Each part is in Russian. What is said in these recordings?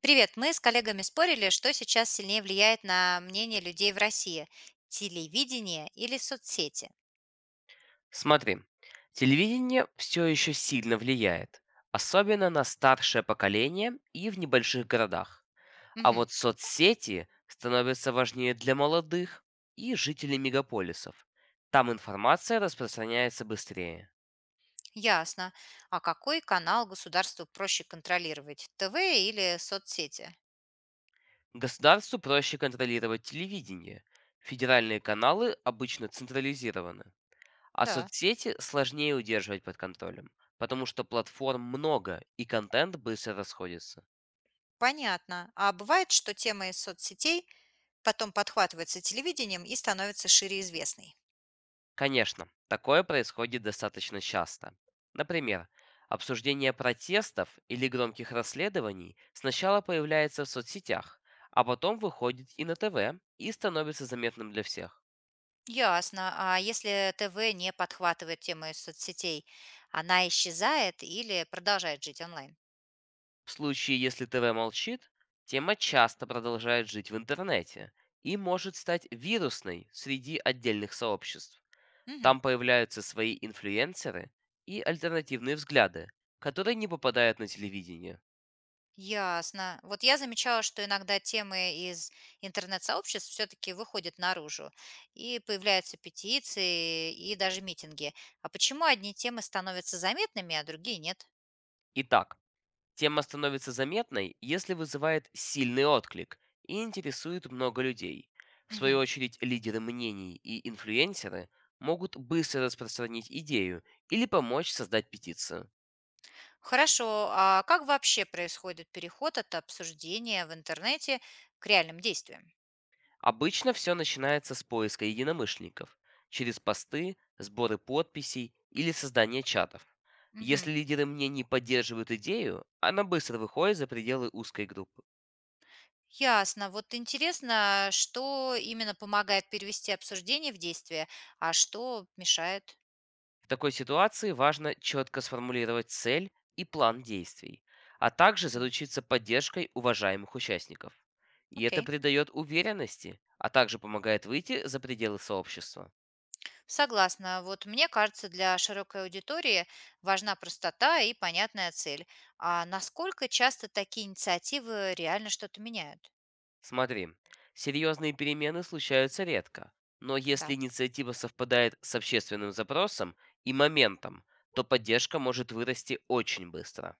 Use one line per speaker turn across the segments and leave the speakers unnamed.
Привет. Мы с коллегами спорили, что сейчас сильнее влияет на мнение людей в России – телевидение или соцсети.
Смотри, телевидение все еще сильно влияет, особенно на старшее поколение и в небольших городах. А
Мгм.
вот соцсети становятся важнее для молодых и жителей мегаполисов. Там информация распространяется быстрее.
Ясно. А какой канал государству проще контролировать – ТВ или соцсети?
Государству проще контролировать телевидение. Федеральные каналы обычно централизированы. А
Да,
соцсети сложнее удерживать под контролем, потому что платформ много и контент быстро расходится.
понятно. А бывает, что тема из соцсетей потом подхватывается телевидением и становится шире известной?
Конечно, такое происходит достаточно часто. Например, обсуждение протестов или громких расследований сначала появляется в соцсетях, а потом выходит и на ТВ и становится заметным для всех.
Ясно. А если ТВ не подхватывает тему из соцсетей, она исчезает или продолжает жить онлайн?
В случае, если ТВ молчит, тема часто продолжает жить в интернете и может стать вирусной среди отдельных сообществ.
Мгм.
Там появляются свои инфлюенсеры и альтернативные взгляды, которые не попадают на телевидение.
Ясно. Вот я замечала, что иногда темы из интернет-сообществ все-таки выходят наружу, и появляются петиции и даже митинги. А почему одни темы становятся заметными, а другие нет?
Итак, тема становится заметной, если вызывает сильный отклик и интересует много людей. В
Мгм.
свою очередь, лидеры мнений и инфлюенсеры могут быстро распространить идею или помочь создать петицию.
Хорошо, а как вообще происходит переход от обсуждения в интернете к реальным действиям?
Обычно все начинается с поиска единомышленников через посты, сборы подписей или создание чатов.
Мгм.
Если лидеры мнений поддерживают идею, она быстро выходит за пределы узкой группы.
Ясно. Вот интересно, что именно помогает перевести обсуждение в действие, а что мешает?
В такой ситуации важно четко сформулировать цель и план действий, а также
Мгм.
заручиться поддержкой уважаемых участников. И это
Окей.
придает уверенности, а также помогает выйти за пределы сообщества.
Согласна. Вот мне кажется, для широкой аудитории важна простота и понятная цель. А насколько часто такие инициативы реально что-то меняют?
Смотри, серьезные перемены случаются редко, но
Да.
если инициатива совпадает с общественным запросом и моментом, то поддержка может вырасти очень быстро.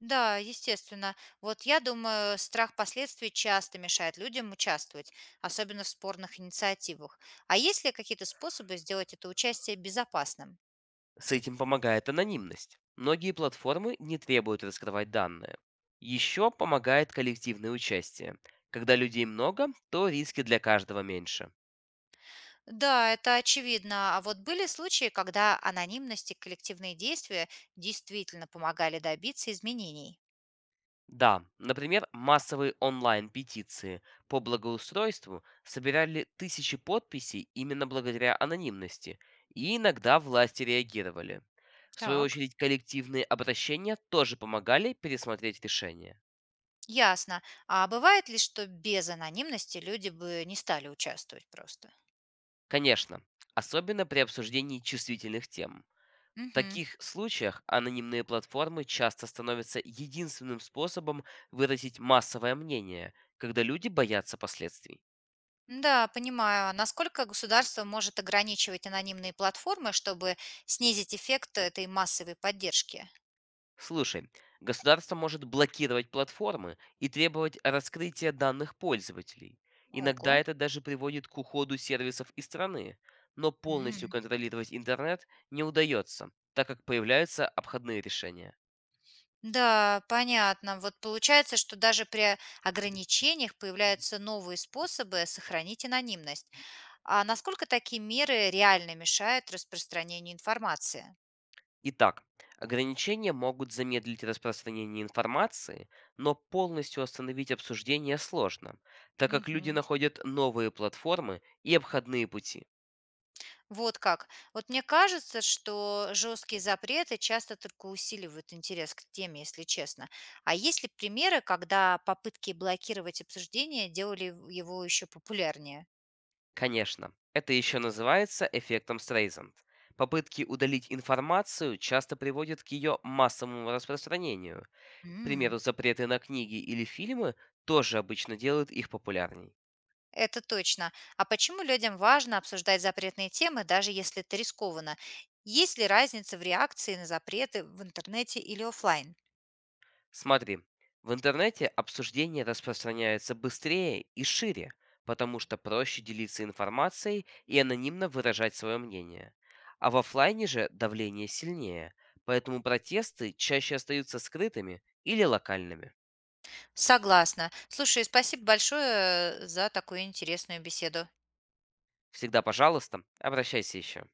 Да, естественно. Вот я думаю, страх последствий часто мешает людям участвовать, особенно в спорных инициативах. А есть ли какие-то способы сделать это участие безопасным?
С этим помогает анонимность. Многие платформы не требуют раскрывать данные. Еще помогает коллективное участие. Когда людей много, то риски для каждого меньше.
Да, это очевидно. А вот были случаи, когда анонимность и коллективные действия действительно помогали добиться изменений?
Да, например, массовые онлайн-петиции по благоустройству собирали тысячи подписей именно благодаря анонимности, и иногда власти реагировали. В свою
Так.
очередь, коллективные обращения тоже помогали пересмотреть решения.
Ясно. А бывает ли, что без анонимности люди бы не стали участвовать просто?
Конечно, особенно при обсуждении чувствительных тем. В
Мгм.
таких случаях анонимные платформы часто становятся единственным способом выразить массовое мнение, когда люди боятся последствий.
Да, понимаю. А насколько государство может ограничивать анонимные платформы, чтобы снизить эффект этой массовой поддержки?
Слушай, государство может блокировать платформы и требовать раскрытия данных пользователей.
Ого.
Иногда это даже приводит к уходу сервисов из страны, но полностью
М.
контролировать интернет не удается, так как появляются обходные решения.
Да, понятно. Вот получается, что даже при ограничениях появляются новые способы сохранить анонимность. А насколько такие меры реально мешают распространению информации?
Итак, ограничения могут замедлить распространение информации, но полностью остановить обсуждение сложно, так как люди
Мгм.
находят новые платформы и обходные пути.
Вот как. Вот мне кажется, что жесткие запреты часто только усиливают интерес к теме, если честно. А есть ли примеры, когда попытки блокировать обсуждение делали его еще популярнее?
Конечно, это еще называется эффектом Стрейзанд. Попытки удалить информацию часто приводят к ее массовому распространению. К
М.
примеру, запреты на книги или фильмы тоже обычно делают их популярней.
Это точно. А почему людям важно обсуждать запретные темы, даже если это рискованно? Есть ли разница в реакции на запреты в интернете или оффлайн?
Смотри, в интернете обсуждения распространяются быстрее и шире, потому что проще делиться информацией и анонимно выражать свое мнение. А в оффлайне же давление сильнее, поэтому протесты чаще остаются скрытыми или локальными.
Согласна. Слушай, спасибо большое за такую интересную беседу.
Всегда, пожалуйста, обращайся еще.